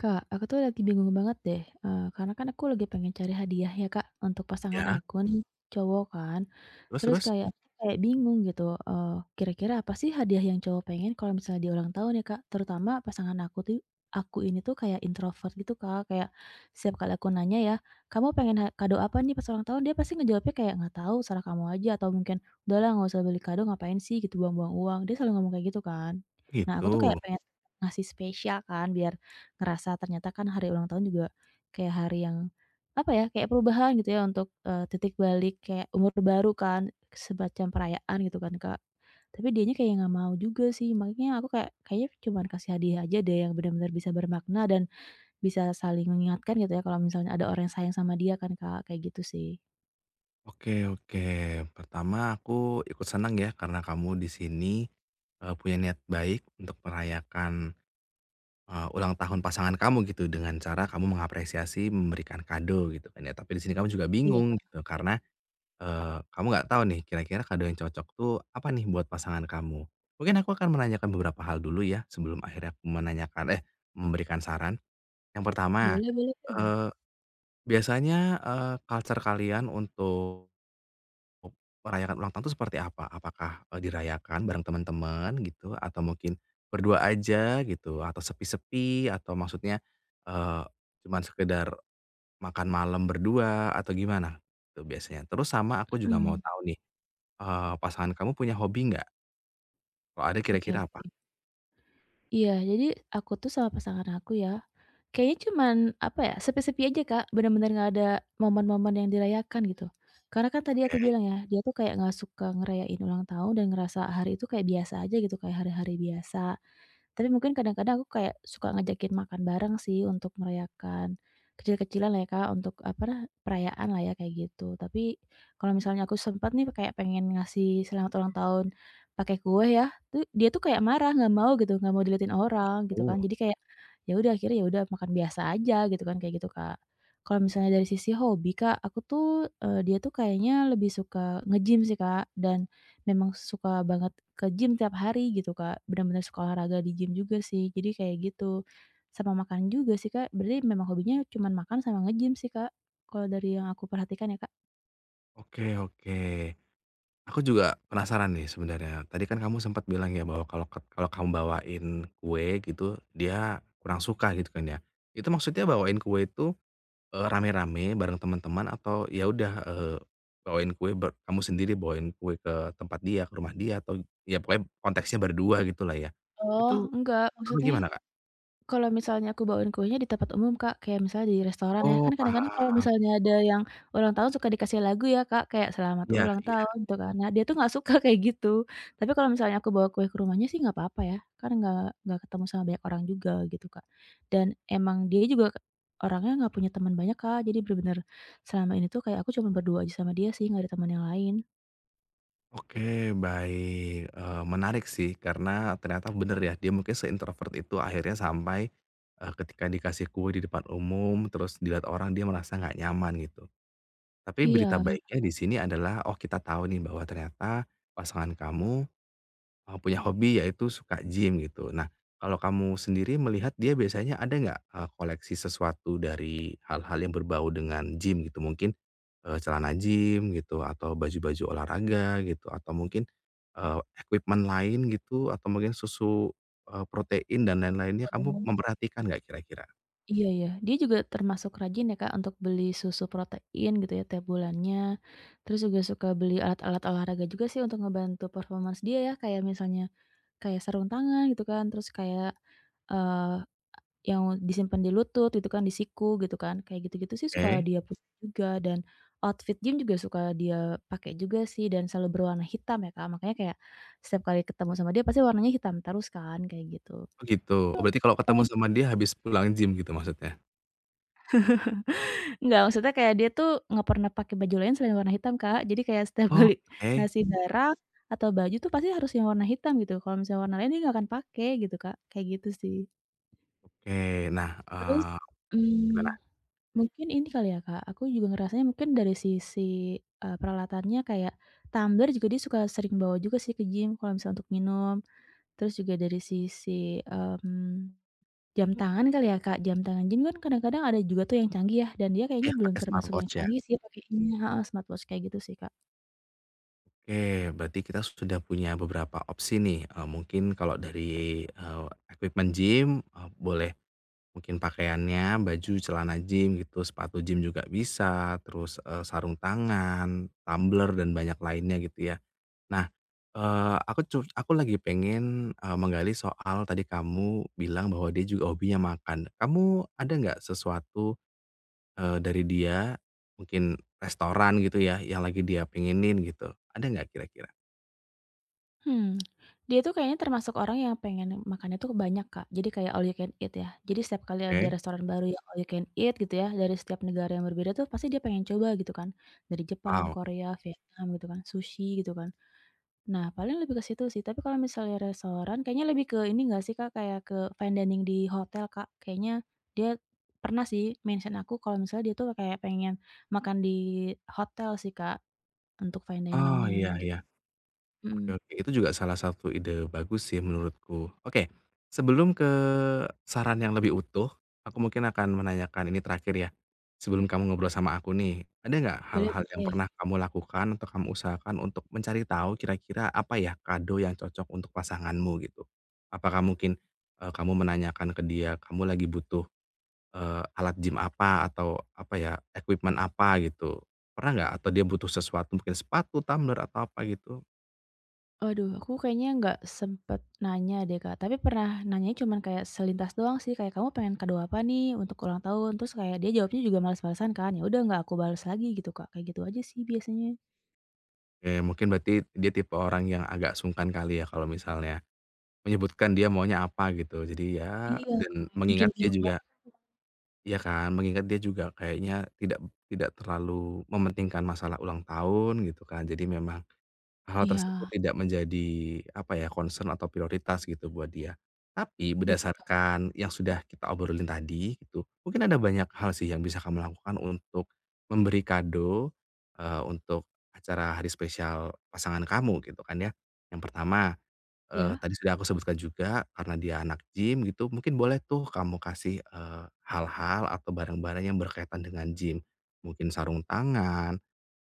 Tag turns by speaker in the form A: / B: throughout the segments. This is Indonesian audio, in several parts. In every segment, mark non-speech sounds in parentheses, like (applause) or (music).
A: Kak, aku tuh lagi bingung banget deh, karena kan aku lagi pengen cari hadiah ya Kak, untuk pasangan
B: Ya,
A: aku nih, cowok kan.
B: terus
A: Terus
B: terus?
A: kayak kayak bingung gitu, eee, kira-kira apa sih hadiah yang cowok pengen kalau misalnya di ulang tahun ya Kak? Terutama pasangan aku tuh aku ini tuh kayak introvert gitu Kak, kayak setiap kali aku nanya ya, "Kamu pengen ha kado apa nih pas ulang tahun?" Dia pasti ngejawabnya kayak, "Nggak tahu, salah kamu aja," atau mungkin, "Udahlah nggak usah beli kado, ngapain sih gitu buang-buang uang." Dia selalu ngomong kayak gitu kan. Nah, aku tuh
B: Gitu.
A: kayak pengen ngasih spesial kan biar ngerasa ternyata kan hari ulang tahun juga kayak hari yang, apa ya, kayak perubahan gitu ya untuk, titik balik kayak umur baru kan, semacam perayaan gitu kan, Kak. Tapi dianya kayak nggak mau juga sih, makanya aku kayak, kayaknya cuman kasih hadiah aja deh yang benar-benar bisa bermakna dan bisa saling mengingatkan gitu ya kalau misalnya ada orang yang sayang sama dia kan, Kak, kayak gitu sih.
B: Oke, oke. Pertama aku ikut senang ya karena kamu di sini, punya niat baik untuk merayakan, ulang tahun pasangan kamu gitu dengan cara kamu mengapresiasi, memberikan kado gitu kan ya. Tapi di sini kamu juga
A: Iya,
B: bingung gitu karena, kamu nggak tahu nih kira-kira kado yang cocok tuh apa nih buat pasangan kamu. Mungkin aku akan menanyakan beberapa hal dulu ya sebelum akhirnya aku memberikan saran. Yang pertama,
A: boleh boleh, Kak.
B: biasanya, culture kalian untuk merayakan ulang tahun itu seperti apa? Apakah, dirayakan bareng teman-teman gitu atau mungkin berdua aja gitu atau sepi-sepi atau maksudnya, eee, cuman sekedar makan malam berdua atau gimana itu biasanya? Terus sama aku juga mau
A: Mhm,
B: tahu nih, pasangan kamu punya hobi nggak? Kalau ada
A: oke
B: kira-kira apa?
A: oke. Iya, jadi aku tuh sama pasangan aku ya kayaknya cuman, apa ya, sepi-sepi aja, Kak, bener-bener nggak ada momen-momen yang dirayakan gitu. Karena kan tadi aku
B: Oke.
A: bilang ya, dia tuh kayak nggak suka ngerayain ulang tahun dan ngerasa hari itu kayak biasa aja gitu, kayak hari-hari biasa. Tapi mungkin kadang-kadang aku kayak suka ngajakin makan bareng sih untuk merayakan kecil-kecilan lah ya, Kak, untuk apa nah, perayaan lah ya kayak gitu. Tapi kalau misalnya aku sempat nih kayak pengen ngasih selamat ulang tahun pakai kue ya, tuh dia tuh kayak marah, nggak mau gitu, nggak mau diliatin orang gitu
B: Oh,
A: kan. Jadi kayak ya udah akhirnya ya udah makan biasa aja gitu kan kayak gitu, Kak. Kalau misalnya dari sisi hobi, Kak, aku tuh, dia tuh kayaknya lebih suka nge-gym sih, Kak, dan memang suka banget ke gym tiap hari gitu, Kak, bener-bener suka olahraga di gym juga sih, jadi kayak gitu. Sama makan juga sih, Kak, berarti memang hobinya cuman makan sama nge-gym sih, Kak, kalau dari yang aku perhatikan ya, Kak.
B: oke, oke. Aku juga penasaran nih sebenarnya. Tadi kan kamu sempat bilang ya bahwa kalau kamu bawain kue gitu, dia kurang suka gitu kan ya. Itu maksudnya bawain kue itu, rame-rame bareng teman-teman atau ya udah, bawain kue ber kamu sendiri bawain kue ke tempat dia, ke rumah dia atau ya pokoknya konteksnya berdua gitulah ya.
A: Oh,
B: Itu
A: enggak,
B: apa
A: maksudnya
B: gimana, Kak?
A: kalau misalnya aku bawain kuenya di tempat umum, Kak, kayak misalnya di restoran ya,
B: Oh,
A: kan kadang-kadang kalau
B: paham.
A: misalnya ada yang ulang tahun suka dikasih lagu ya, Kak, kayak "Selamat
B: Ya.
A: Ulang Tahun" gitu kan. Nah, dia tuh nggak suka (laughs) kayak gitu. Tapi kalau misalnya aku bawa kue ke rumahnya sih nggak apa-apa ya, kan nggak ketemu sama banyak orang juga gitu, Kak. Dan emang dia juga k orangnya nggak punya teman banyak, Kak, jadi bener-bener selama ini tuh kayak aku cuma berdua aja sama dia sih, nggak ada teman yang lain.
B: Oke, baik, menarik sih karena ternyata bener ya, dia mungkin seintrovert itu akhirnya sampai, ketika dikasih kue di depan umum, terus dilihat orang dia merasa nggak nyaman gitu. Tapi berita
A: Iya.
B: baiknya di sini adalah, oh kita tahu nih bahwa ternyata pasangan kamu, punya hobi yaitu suka gym gitu. Nah, kalau kamu sendiri melihat dia biasanya ada nggak, koleksi sesuatu dari hal-hal yang berbau dengan gym gitu? Mungkin, celana gym gitu atau baju-baju olahraga gitu atau mungkin, eee, equipment lain gitu atau mungkin susu, protein dan lain-lainnya kamu memperhatikan nggak kira-kira?
A: Iya ya, dia juga termasuk rajin ya Kak untuk beli susu protein gitu ya tiap bulannya, terus juga suka beli alat-alat olahraga juga sih untuk ngebantu performance dia ya, kayak misalnya kayak sarung tangan gitu kan, terus kayak, eee, yang disimpan di lutut gitu kan, di siku gitu kan, kayak gitu-gitu sih suka
B: Oke.
A: dia punya juga dan outfit gym juga suka dia pakai juga sih dan selalu berwarna hitam ya Kak, makanya kayak setiap kali ketemu sama dia pasti warnanya hitam terus kan, kayak gitu.
B: Oh, gitu. Oh berarti kalau ketemu sama dia habis pulang gym gitu maksudnya?
A: Enggak, maksudnya kayak dia tuh nggak pernah pakai baju lain selain warna hitam, Kak. Jadi kayak setiap kali
B: Oke,
A: (laughs) ngasih darah atau baju tuh pasti harus yang warna hitam gitu, kalau misalnya warna lain dia nggak akan pakai gitu, Kak, kayak gitu sih.
B: oke. Nah,
A: Terus,
B: gimana?
A: mmm, mungkin ini kali ya, Kak, aku juga ngerasanya mungkin dari sisi, peralatannya kayak tumbler juga dia suka sering bawa juga sih ke gym kalau misalnya untuk minum, terus juga dari sisi, mmm jam tangan kali ya, Kak, jam tangan. Jadi kan kadang-kadang ada juga tuh yang canggih ya, dan dia kayaknya
B: Iya
A: belum
B: pakai
A: termasuk yang
B: smartwatch ya?
A: canggih sih pakainya heeh, smartwatch kayak gitu sih, Kak.
B: Oke, berarti kita sudah punya beberapa opsi nih, mungkin kalau dari, equipment gym, boleh mungkin pakaiannya, baju, celana gym gitu, sepatu gym juga bisa, terus, sarung tangan, tumbler, dan banyak lainnya gitu ya. Nah, aku lagi pengen, menggali soal tadi kamu bilang bahwa dia juga hobinya makan. Kamu ada nggak sesuatu, dari dia, mungkin restoran gitu ya, yang lagi dia pengenin gitu, ada nggak kira-kira?
A: Hmm, dia tuh kayaknya termasuk orang yang pengen makannya tuh banyak, Kak. Jadi kayak all you can eat ya. Jadi setiap kali ada
B: Oke.
A: restoran baru yang all you can eat gitu ya, dari setiap negara yang berbeda tuh pasti dia pengen coba gitu kan. Dari Jepang,
B: Wow.
A: Korea, Vietnam gitu kan, sushi gitu kan. Nah, paling lebih ke situ sih, tapi kalau misalnya restoran kayaknya lebih ke ini nggak sih, Kak, kayak ke fine dining di hotel, Kak. Kayaknya dia pernah sih mention aku kalau misalnya dia tuh kayak pengen makan di hotel sih, Kak, untuk fine
B: Oh, iya,
A: dining-nya
B: iya.
A: gitu.
B: Oke,
A: Mhm.
B: oke, itu juga salah satu ide bagus sih menurutku. Oke, sebelum ke saran yang lebih utuh, aku mungkin akan menanyakan ini terakhir ya. Sebelum kamu ngobrol sama aku nih, ada nggak
A: Boleh
B: hal-hal yang
A: boleh.
B: pernah kamu lakukan atau kamu usahakan untuk mencari tahu kira-kira apa ya kado yang cocok untuk pasanganmu gitu? Apakah mungkin, kamu menanyakan ke dia, kamu lagi butuh alat gym apa atau apa ya, equipment apa gitu, pernah nggak? Atau dia butuh sesuatu mungkin sepatu, tumbler, atau apa gitu?
A: Waduh, aku kayaknya nggak sempet nanya deh, Kak, tapi pernah nanyanya cuman kayak selintas doang sih, kayak, "Kamu pengen kado apa nih untuk ulang tahun?" Terus kayak dia jawabnya juga males-malesan kan, ya udah nggak aku bales lagi gitu, Kak, kayak gitu aja sih biasanya.
B: Mungkin berarti dia tipe orang yang agak sungkan kali ya kalau misalnya menyebutkan dia maunya apa gitu. Jadi ya
A: Iya, Kak,
B: dan
A: bikin
B: mengingat dia
A: bingung
B: juga
A: banget.
B: ya kan, mengingat dia juga kayaknya tidak tidak terlalu mementingkan masalah ulang tahun gitu kan. Jadi memang hal tersebut
A: Iya.
B: tidak menjadi, apa ya, concern atau prioritas gitu buat dia. Tapi
A: Betul, Kak.
B: berdasarkan yang sudah kita obrolin tadi gitu, mungkin ada banyak hal sih yang bisa kamu lakukan untuk memberi kado, untuk acara hari spesial pasangan kamu gitu kan ya. Yang pertama,
A: Iya.
B: tadi sudah aku sebutkan juga karena dia anak gym gitu, mungkin boleh tuh kamu kasih, hal-hal atau barang-barang yang berkaitan dengan gym. Mungkin sarung tangan,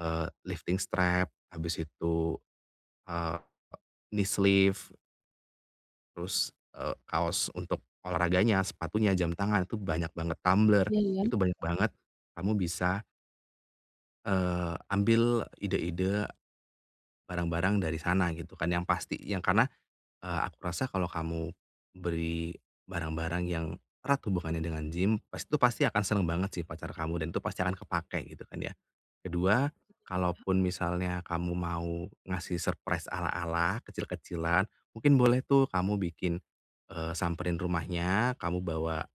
B: lifting strap, habis itu Eee, knee sleeve, terus, kaos untuk olahraganya, sepatunya, jam tangan, itu banyak banget, tumbler,
A: Iya iya.
B: itu banyak banget. Kamu bisa, ambil ide-ide barang-barang dari sana gitu kan, yang pasti yang karena, aku rasa kalau kamu beri barang-barang yang erat hubungannya dengan gym, pasti itu pasti akan seneng banget sih pacar kamu dan itu pasti akan kepake gitu kan ya. Kedua, kalaupun misalnya kamu mau ngasih surprise ala-ala, kecil-kecilan, mungkin boleh tuh kamu bikin, samperin rumahnya, kamu bawa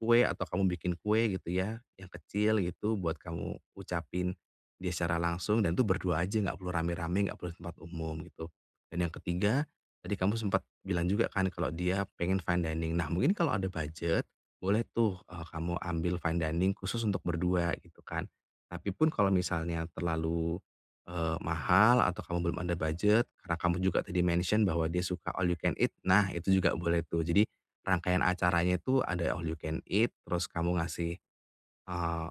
B: kue atau kamu bikin kue gitu ya, yang kecil gitu buat kamu ucapin dia secara langsung dan itu berdua aja nggak perlu rame-rame, nggak perlu di tempat umum gitu. Dan yang ketiga, tadi kamu sempat bilang juga kan kalau dia pengen fine dining. Nah mungkin kalau ada budget, boleh tuh, kamu ambil fine dining khusus untuk berdua gitu kan. Tapi pun kalau misalnya terlalu, mahal atau kamu belum ada budget, karena kamu juga tadi mention bahwa dia suka all you can eat, nah itu juga boleh tuh. Jadi rangkaian acaranya itu ada all you can eat, terus kamu ngasih, eee,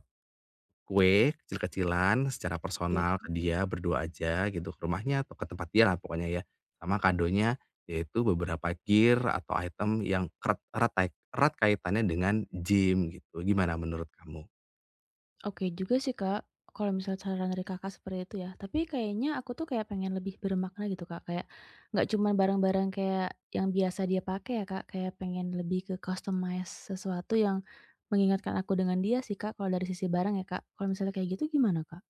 B: kue kecil-kecilan secara
A: Iya.
B: personal ke dia berdua aja gitu, ke rumahnya atau ke tempat dia lah pokoknya ya. Sama kadonya yaitu beberapa gear atau item yang erat kaitannya dengan gym gitu, gimana menurut kamu?
A: Oke juga sih, Kak, kalau misalnya saran dari Kakak seperti itu ya. Tapi kayaknya aku tuh kayak pengen lebih bermakna gitu, Kak. Kayak nggak cuman barang-barang kayak yang biasa dia pakai ya, Kak. Kayak pengen lebih ke customize sesuatu yang mengingatkan aku dengan dia sih, Kak, kalau dari sisi barang ya, Kak. Kalau misalnya kayak gitu gimana, Kak?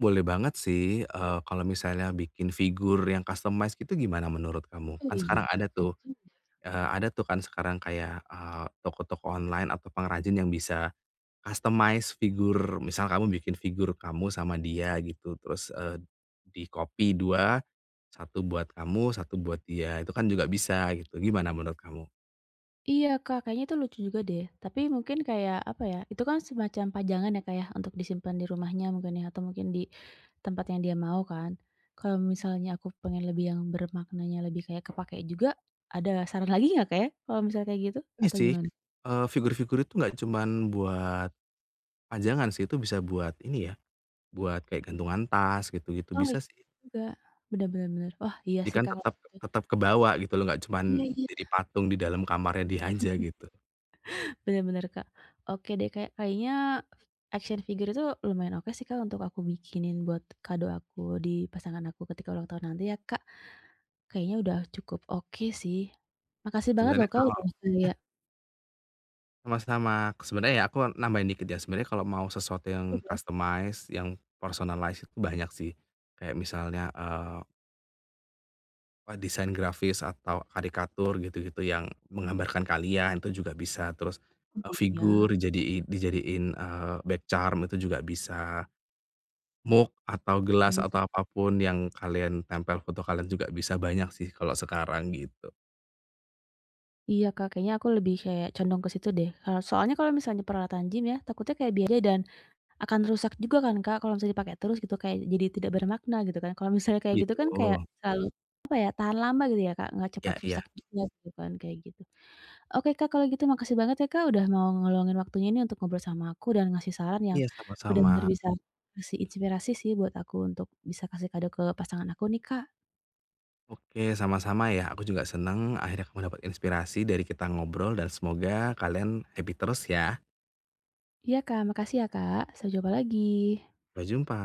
B: Boleh banget sih, kalau misalnya bikin figur yang customize gitu gimana menurut kamu?
A: Oh
B: Kan sekarang
A: iya,
B: ada
A: bener
B: tuh,
A: juga.
B: ada tuh kan sekarang kayak, toko-toko online atau pengrajin yang bisa customize figur, misal kamu bikin figur kamu sama dia gitu, terus, di-copy dua, satu buat kamu, satu buat dia, itu kan juga bisa gitu, gimana menurut kamu?
A: Iya, Kak, kayaknya itu lucu juga deh. Tapi mungkin kayak, apa ya, itu kan semacam pajangan ya, Kak, ya, untuk disimpan di rumahnya mungkin ya, atau mungkin di tempat yang dia mau kan. Kalau misalnya aku pengen lebih yang bermaknanya lebih kayak kepakai juga, ada saran lagi nggak, Kak, ya? Kalau misalnya kayak gitu
B: Ini
A: atau
B: sih,
A: gimana?
B: figur-figur itu nggak cuman buat pajangan sih, itu bisa buat ini ya, buat kayak gantungan tas gitu-gitu
A: Oh,
B: bisa
A: iya
B: sih.
A: juga. Bener, bener, bener. Wah, iya
B: Jadi
A: sih,
B: kan
A: Kak, kalau
B: tetap
A: gitu.
B: tetap kebawa gitu loh, nggak cuman
A: Iya iya.
B: jadi patung di dalam kamarnya dia aja
A: (laughs)
B: gitu.
A: Bener bener, Kak. Oke deh, kayak kayaknya action figure itu lumayan oke sih, Kak, untuk aku bikinin buat kado aku di pasangan aku ketika ulang tahun nanti ya, Kak. Kayaknya udah cukup oke sih. Makasih banget loh,
B: Sebenarnya
A: Kak,
B: kalau
A: udah kayak
B: sama-sama, sebenarnya ya aku nambahin dikit ya, sebenarnya kalau mau sesuatu yang customize, yang personalize itu banyak sih. Kayak misalnya, eee, eee, desain grafis atau karikatur gitu-gitu yang menggambarkan kalian itu juga bisa, terus,
A: iya
B: figur dijadii dijadiin, back charm itu juga bisa, mug atau gelas
A: bener.
B: atau apapun yang kalian tempel foto kalian juga bisa, banyak sih kalau sekarang gitu.
A: Iya, Kak, kayaknya aku lebih kayak condong ke situ deh. Soalnya kalau misalnya peralatan gym ya, takutnya kayak biaya dan akan rusak juga kan, Kak, kalau misalnya dipakai terus gitu, kayak jadi tidak bermakna gitu kan. Kalau misalnya kayak gitu
B: Gitu,
A: kan kayak selalu, apa ya, tahan lama gitu ya, Kak, nggak
B: ya
A: cepat
B: iya.
A: rusak juga gitu kan, kayak gitu. Oke, Kak, kalau gitu makasih banget ya, Kak, udah mau ngeluangin waktunya ini untuk ngobrol sama aku dan ngasih saran yang
B: Iya, sama-sama.
A: benar-benar bisa kasih inspirasi sih buat aku untuk bisa kasih kado ke pasangan aku nih, Kak.
B: Oke, sama-sama ya. Aku juga senang akhirnya kamu dapat inspirasi dari kita ngobrol dan semoga kalian happy terus ya.
A: Iya, Kak, makasih ya, Kak. Sampai jumpa lagi.
B: Sampai jumpa.